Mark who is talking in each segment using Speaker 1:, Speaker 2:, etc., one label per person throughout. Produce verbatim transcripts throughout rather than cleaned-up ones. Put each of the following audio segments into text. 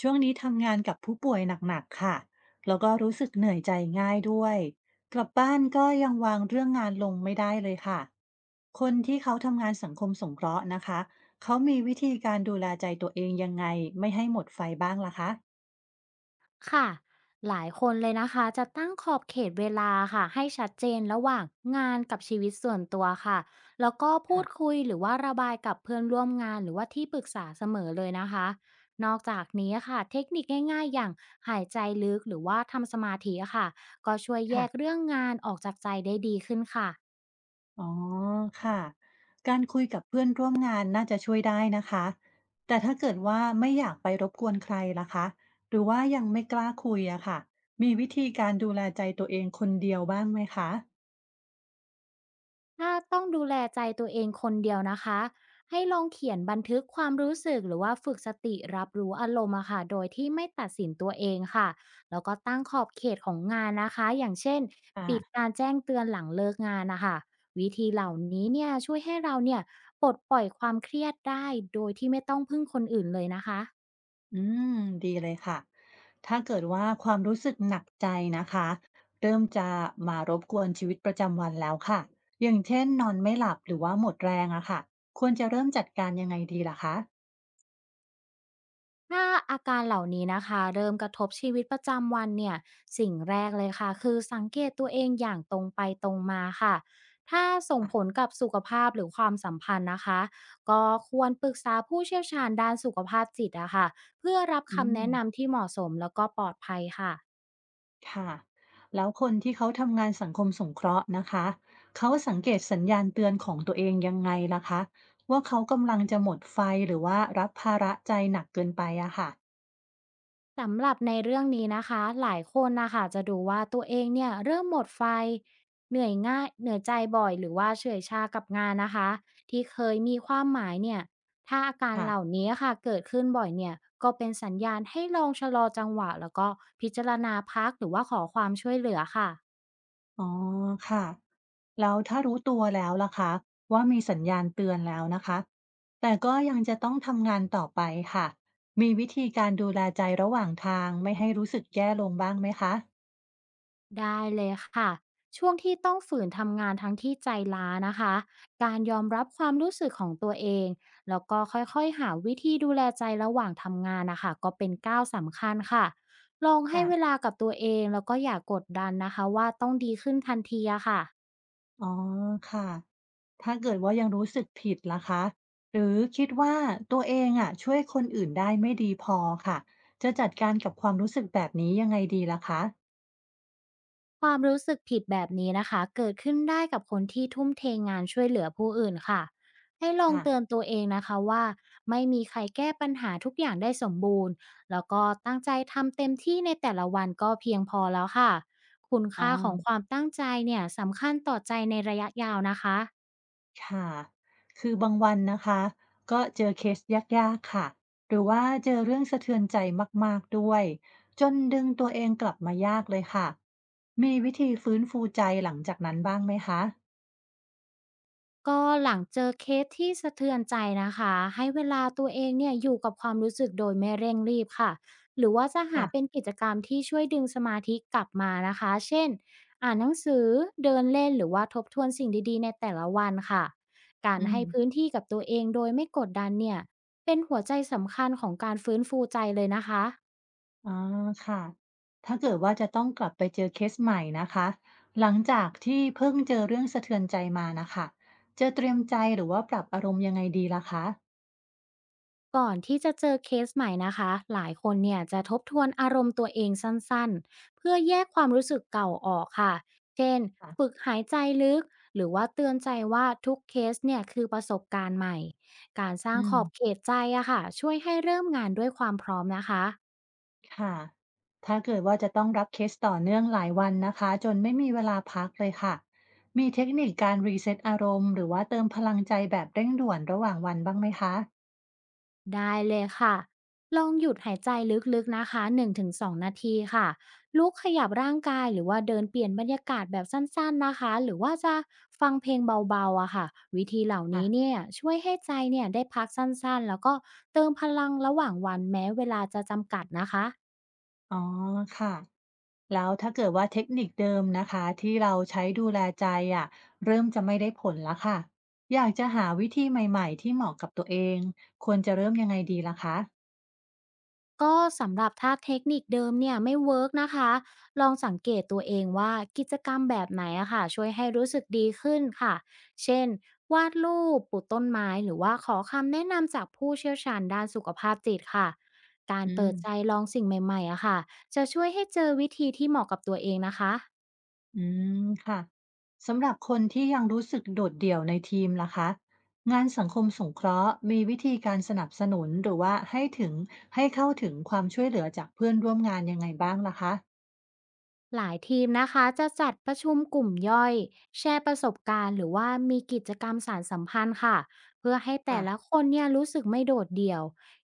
Speaker 1: ช่วงนี้ทำงานกับผู้ป่วยหนักๆค่ะแล้วก็รู้สึกเหนื่อยใจง่ายด้วย กลับบ้านก็ยังวางเรื่องงานลงไม่ได้เลยค่ะ คนที่เขาทำงานสังคมสงเคราะห์นะคะเขามีวิธีการดูแลใจตัวเองยังไงไม่ให้หมดไฟบ้างล่ะคะ
Speaker 2: ค่ะหลายคนเลยนะคะจะตั้งขอบเขตเวลาค่ะให้ชัดเจนระหว่างงานกับชีวิตส่วนตัวค่ะแล้วก็พูด
Speaker 1: ค่ะ
Speaker 2: คุยหรือว่าระบายกับเพื่อนร่วมงานหรือว่าที่ปรึกษาเสมอเลยนะคะนอกจากนี้ค่ะเทคนิคง่ายๆอย่างหายใจลึกหรือว่าทำสมาธิค่ะก็ช่วยแยก
Speaker 1: ค่ะ
Speaker 2: เรื่องงานออกจากใจได้ดีขึ้นค่ะ
Speaker 1: อ๋อค่ะการคุยกับเพื่อนร่วมงานน่าจะช่วยได้นะคะแต่ถ้าเกิดว่าไม่อยากไปรบกวนใครล่ะคะหรือว่ายังไม่กล้าคุยอะค่ะมีวิธีการดูแลใจตัวเองคนเดียวบ้างไหมคะ
Speaker 2: ถ้าต้องดูแลใจตัวเองคนเดียวนะคะให้ลองเขียนบันทึกความรู้สึกหรือว่าฝึกสติรับรู้อารมณ์อะค่ะโดยที่ไม่ตัดสินตัวเองค่ะแล้วก็ตั้งขอบเขตของงานนะคะอย่างเช่นปิด
Speaker 1: ค่ะ
Speaker 2: การแจ้งเตือนหลังเลิกงานนะคะวิธีเหล่านี้เนี่ยช่วยให้เราเนี่ยปลดปล่อยความเครียดได้โดยที่ไม่ต้องพึ่งคนอื่นเลยนะคะ
Speaker 1: อืมดีเลยค่ะถ้าเกิดว่าความรู้สึกหนักใจนะคะเริ่มจะมารบกวนชีวิตประจำวันแล้วค่ะอย่างเช่นนอนไม่หลับหรือว่าหมดแรงอะค่ะควรจะเริ่มจัดการยังไงดีล่ะคะ
Speaker 2: ถ้าอาการเหล่านี้นะคะเริ่มกระทบชีวิตประจำวันเนี่ยสิ่งแรกเลยค่ะคือสังเกตตัวเองอย่างตรงไปตรงมาค่ะถ้าส่ง
Speaker 1: อ่ะ
Speaker 2: ผลกับสุขภาพหรือความสัมพันธ์นะคะก็ควรปรึกษาผู้เชี่ยวชาญด้านสุขภาพจิตอะค่ะเพื่อรับ
Speaker 1: อื
Speaker 2: คำ
Speaker 1: ม
Speaker 2: แนะนำที่เหมาะสมแล้วก็ปลอดภัยค่ะ
Speaker 1: ค่ะแล้วคนที่เขาทำงานสังคมสงเคราะห์นะคะเขาสังเกตสัญญาณเตือนของตัวเองยังไงล่ะคะว่าเขากำลังจะหมดไฟหรือว่ารับภาระใจหนักเกินไปอะค่ะ
Speaker 2: สำหรับในเรื่องนี้นะคะหลายคนนะคะจะดูว่าตัวเองเนี่ยเริ่มหมดไฟเหนื่อยง่ายเหนื่อยใจบ่อยหรือว่าเฉื่อยชากับงานนะคะที่เคยมีความหมายเนี่ยถ้าอาการ
Speaker 1: ค่ะ
Speaker 2: เหล่านี้ค่ะเกิดขึ้นบ่อยเนี่ยก็เป็นสัญญาณให้ลองชะลอจังหวะแล้วก็พิจารณาพักหรือว่าขอความช่วยเหลือค่ะ
Speaker 1: อ๋อค่ะแล้วถ้ารู้ตัวแล้วล่ะคะว่ามีสัญญาณเตือนแล้วนะคะแต่ก็ยังจะต้องทำงานต่อไปค่ะมีวิธีการดูแลใจระหว่างทางไม่ให้รู้สึกแย่ลงบ้างไหมคะ
Speaker 2: ได้เลยค่ะช่วงที่ต้องฝืนทำงานทั้งที่ใจล้านะคะการยอมรับความรู้สึกของตัวเองแล้วก็ค่อยๆหาวิธีดูแลใจระหว่างทำงานนะคะก็เป็นก้าวสำคัญค่ะลองให้
Speaker 1: ค่ะ
Speaker 2: เวลากับตัวเองแล้วก็อย่ากกดดันนะคะว่าต้องดีขึ้นทันทีอะค่ะ
Speaker 1: อ๋อค่ะถ้าเกิดว่ายังรู้สึกผิดล่ะคะหรือคิดว่าตัวเองอะช่วยคนอื่นได้ไม่ดีพอค่ะจะจัดการกับความรู้สึกแบบนี้ยังไงดีล่ะคะ
Speaker 2: ความรู้สึกผิดแบบนี้นะคะเกิดขึ้นได้กับคนที่ทุ่มเทงานช่วยเหลือผู้อื่นค่ะให้ลอง
Speaker 1: ค่ะ
Speaker 2: เตือนตัวเองนะคะว่าไม่มีใครแก้ปัญหาทุกอย่างได้สมบูรณ์แล้วก็ตั้งใจทำเต็มที่ในแต่ละวันก็เพียงพอแล้วค่ะคุณ
Speaker 1: อ
Speaker 2: ค่าของค
Speaker 1: อ
Speaker 2: วามตั้งใจเนี่ยสำคัญต่อใจในระยะยาวนะคะ
Speaker 1: ค่ะ คือบางวันนะคะ ก็เจอเคสยากๆค่ะหรือว่าเจอเรื่องสะเทือนใจมากๆด้วย จนดึงตัวเองกลับมายากเลยค่ะ มีวิธีฟื้นฟูใจหลังจากนั้นบ้างไหมคะ
Speaker 2: ก็หลังเจอเคสที่สะเทือนใจนะคะให้เวลาตัวเองเนี่ยอยู่กับความรู้สึกโดยไม่เร่งรีบค่ะหรือว่าจะหา
Speaker 1: ค่ะ
Speaker 2: เป็นกิจกรรมที่ช่วยดึงสมาธิกลับมานะคะเช่นอ่านหนังสือเดินเล่นหรือว่าทบทวนสิ่งดีๆในแต่ละวันค่ะการ
Speaker 1: อืม
Speaker 2: ให้พื้นที่กับตัวเองโดยไม่กดดันเนี่ยเป็นหัวใจสำคัญของการฟื้นฟูใจเลยนะคะ
Speaker 1: อ๋อค่ะถ้าเกิดว่าจะต้องกลับไปเจอเคสใหม่นะคะ หลังจากที่เพิ่งเจอเรื่องสะเทือนใจมานะคะจะเตรียมใจหรือว่าปรับอารมณ์ยังไงดีล่ะคะ
Speaker 2: ก่อนที่จะเจอเคสใหม่นะคะ หลายคนเนี่ยจะทบทวนอารมณ์ตัวเองสั้นๆ เพื่อแยกความรู้สึกเก่าออกค่ะ เช่น
Speaker 1: ค่ะ
Speaker 2: ฝึกหายใจลึก หรือว่าเตือนใจว่าทุกเคสเนี่ยคือประสบการณ์ใหม่ การสร้าง
Speaker 1: อื
Speaker 2: ข
Speaker 1: ม
Speaker 2: อบเขตใจอะค่ะช่วยให้เริ่มงานด้วยความพร้อมนะคะ
Speaker 1: ค่ะ ถ้าเกิดว่าจะต้องรับเคสต่อเนื่องหลายวันนะคะจนไม่มีเวลาพักเลยค่ะ มีเทคนิคการรีเซ็ตอารมณ์หรือว่าเติมพลังใจแบบเร่งด่วนระหว่างวันบ้างไหมคะ
Speaker 2: ได้เลยค่ะ ลองหยุดหายใจลึกๆนะคะหนึ่งถึงสองนงถึงสองนาทีค่ะ ลุกขยับร่างกายหรือว่าเดินเปลี่ยนบรรยากาศแบบสั้นๆนะคะหรือว่าจะฟังเพลงเบาๆอะค่ะวิธีเหล่านี้
Speaker 1: ค่ะ
Speaker 2: เนี่ยช่วยให้ใจเนี่ยได้พักสั้นๆแล้วก็เติมพลังระหว่างวันแม้เวลาจะจำกัดนะคะ
Speaker 1: อ๋อค่ะแล้วถ้าเกิดว่าเทคนิคเดิมนะคะที่เราใช้ดูแลใจอ่ะเริ่มจะไม่ได้ผลแล้วค่ะ อยากจะหาวิธีใหม่ๆที่เหมาะกับตัวเองควรจะเริ่มยังไงดีล่ะคะ
Speaker 2: ก็สำหรับถ้าเทคนิคเดิมเนี่ยไม่เวิร์กนะคะลองสังเกตตัวเองว่ากิจกรรมแบบไหนอะค่ะช่วยให้รู้สึกดีขึ้นค่ะเช่นวาดรูปปลูกต้นไม้หรือว่าขอคำแนะนำจากผู้เชี่ยวชาญด้านสุขภาพจิตค่ะการ
Speaker 1: อื
Speaker 2: เปิ
Speaker 1: ม
Speaker 2: ดใจลองสิ่งใหม่ๆอะค่ะจะช่วยให้เจอวิธีที่เหมาะกับตัวเองนะคะ
Speaker 1: อืมค่ะสำหรับคนที่ยังรู้สึกโดดเดี่ยวในทีมล่ะคะงานสังคมสงเคราะห์มีวิธีการสนับสนุนหรือว่าให้ถึงให้เข้าถึงความช่วยเหลือจากเพื่อนร่วมงานยังไงบ้างล่ะคะ
Speaker 2: หลายทีมนะคะจะจัดประชุมกลุ่มย่อยแชร์ประสบการณ์หรือว่ามีกิจกรรมสารสัมพันธ์ค่ะเพื่อให้แต่ละ
Speaker 1: ค่ะ
Speaker 2: คนเนี่ยรู้สึกไม่โดดเดี่ยว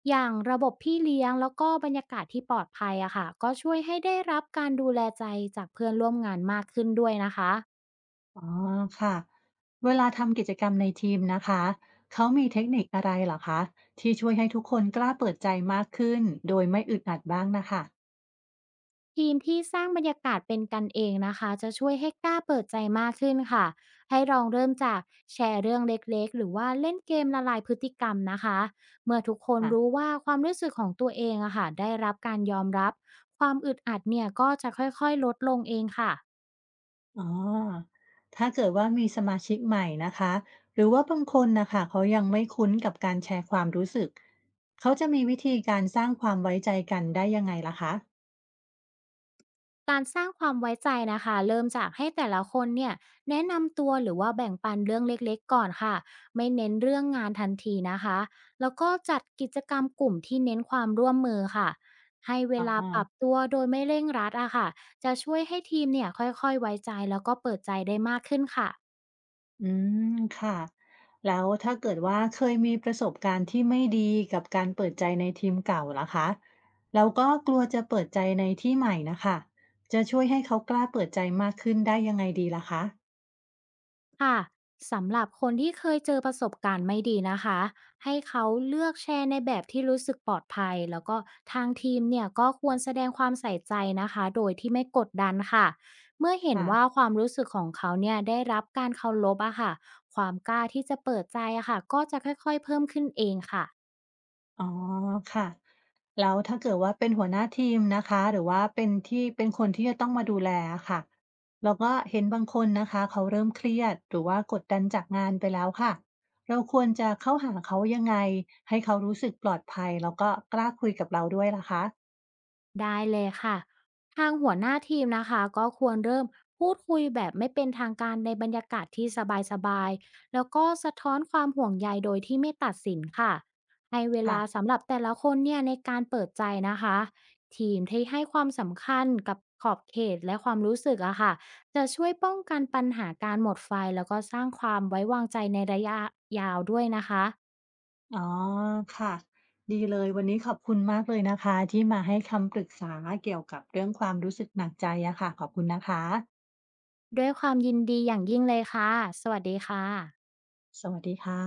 Speaker 2: อย่างระบบพี่เลี้ยงแล้วก็บรรยากาศที่ปลอดภัยอะค่ะก็ช่วยให้ได้รับการดูแลใจจากเพื่อนร่วมงานมากขึ้นด้วยนะคะ
Speaker 1: อ๋อค่ะเวลาทำกิจกรรมในทีมนะคะเขามีเทคนิคอะไรเหรอคะที่ช่วยให้ทุกคนกล้าเปิดใจมากขึ้นโดยไม่อึดอัดบ้างนะคะ
Speaker 2: ทีมที่สร้างบรรยากาศเป็นกันเองนะคะจะช่วยให้กล้าเปิดใจมากขึ้นค่ะให้ลองเริ่มจากแชร์เรื่องเล็กๆหรือว่าเล่นเกมละลายพฤติกรรมนะคะเมื่อทุกคนรู้
Speaker 1: ค่ะ
Speaker 2: ว่าความรู้สึกของตัวเองอะค่ะได้รับการยอมรับความอึดอัดเนี่ยก็จะค่อยๆลดลงเองค่ะ
Speaker 1: อ๋อถ้าเกิดว่ามีสมาชิกใหม่นะคะ หรือว่าบางคนนะคะ เขายังไม่คุ้นกับการแชร์ความรู้สึก เขาจะมีวิธีการสร้างความไว้ใจกันได้ยังไงล่ะคะ
Speaker 2: การสร้างความไว้ใจนะคะเริ่มจากให้แต่ละคนเนี่ยแนะนำตัวหรือว่าแบ่งปันเรื่องเล็กๆก่อนค่ะไม่เน้นเรื่องงานทันทีนะคะแล้วก็จัดกิจกรรมกลุ่มที่เน้นความร่วมมือค่ะให้เว
Speaker 1: อ๋
Speaker 2: ลาปรับ
Speaker 1: อ
Speaker 2: ตัวโดยไม่เร่งรัดอะค่ะจะช่วยให้ทีมเนี่ยค่อยๆไว้ใจแล้วก็เปิดใจได้มากขึ้นค่ะ
Speaker 1: อืมค่ะแล้วถ้าเกิดว่าเคยมีประสบการณ์ที่ไม่ดีกับการเปิดใจในทีมเก่าล่ะคะแล้วก็กลัวจะเปิดใจในที่ใหม่นะคะจะช่วยให้เขากล้าเปิดใจมากขึ้นได้ยังไงดีล่ะคะ
Speaker 2: ค่ะสำหรับคนที่เคยเจอประสบการณ์ไม่ดีนะคะให้เขาเลือกแชร์ในแบบที่รู้สึกปลอดภัยแล้วก็ทางทีมเนี่ยก็ควรแสดงความใส่ใจนะคะโดยที่ไม่กดดันค่ะเมื่อเห็น
Speaker 1: ค่ะ
Speaker 2: ว่าความรู้สึกของเขาเนี่ยได้รับการเคารพอะค่ะความกล้าที่จะเปิดใจอะค่ะก็จะค่อยๆเพิ่มขึ้นเองค่ะ
Speaker 1: อ๋อค่ะแล้วถ้าเกิดว่าเป็นหัวหน้าทีมนะคะหรือว่าเป็นที่เป็นคนที่จะต้องมาดูแลค่ะแล้วก็เห็นบางคนนะคะเขาเริ่มเครียดหรือว่ากดดันจากงานไปแล้วค่ะเราควรจะเข้าหาเขายังไงให้เขารู้สึกปลอดภัยแล้วก็กล้าคุยกับเราด้วยล่ะคะ
Speaker 2: ได้เลยค่ะทางหัวหน้าทีมนะคะก็ควรเริ่มพูดคุยแบบไม่เป็นทางการในบรรยากาศที่สบายๆแล้วก็สะท้อนความห่วงใยโดยที่ไม่ตัดสินค่ะให้เว
Speaker 1: ค่ะ
Speaker 2: ลาสำหรับแต่ละคนเนี่ยในการเปิดใจนะคะทีมที่ให้ความสำคัญกับขอบเขตและความรู้สึกอะค่ะจะช่วยป้องกันปัญหาการหมดไฟแล้วก็สร้างความไว้วางใจในระยะยาวด้วยนะคะ
Speaker 1: อ๋อค่ะดีเลยวันนี้ขอบคุณมากเลยนะคะที่มาให้คำปรึกษาเกี่ยวกับเรื่องความรู้สึกหนักใจอะค่ะขอบคุณนะคะ
Speaker 2: ด้วยความยินดีอย่างยิ่งเลยค่ะสวัสดีค่ะ
Speaker 1: สวัสดีค่ะ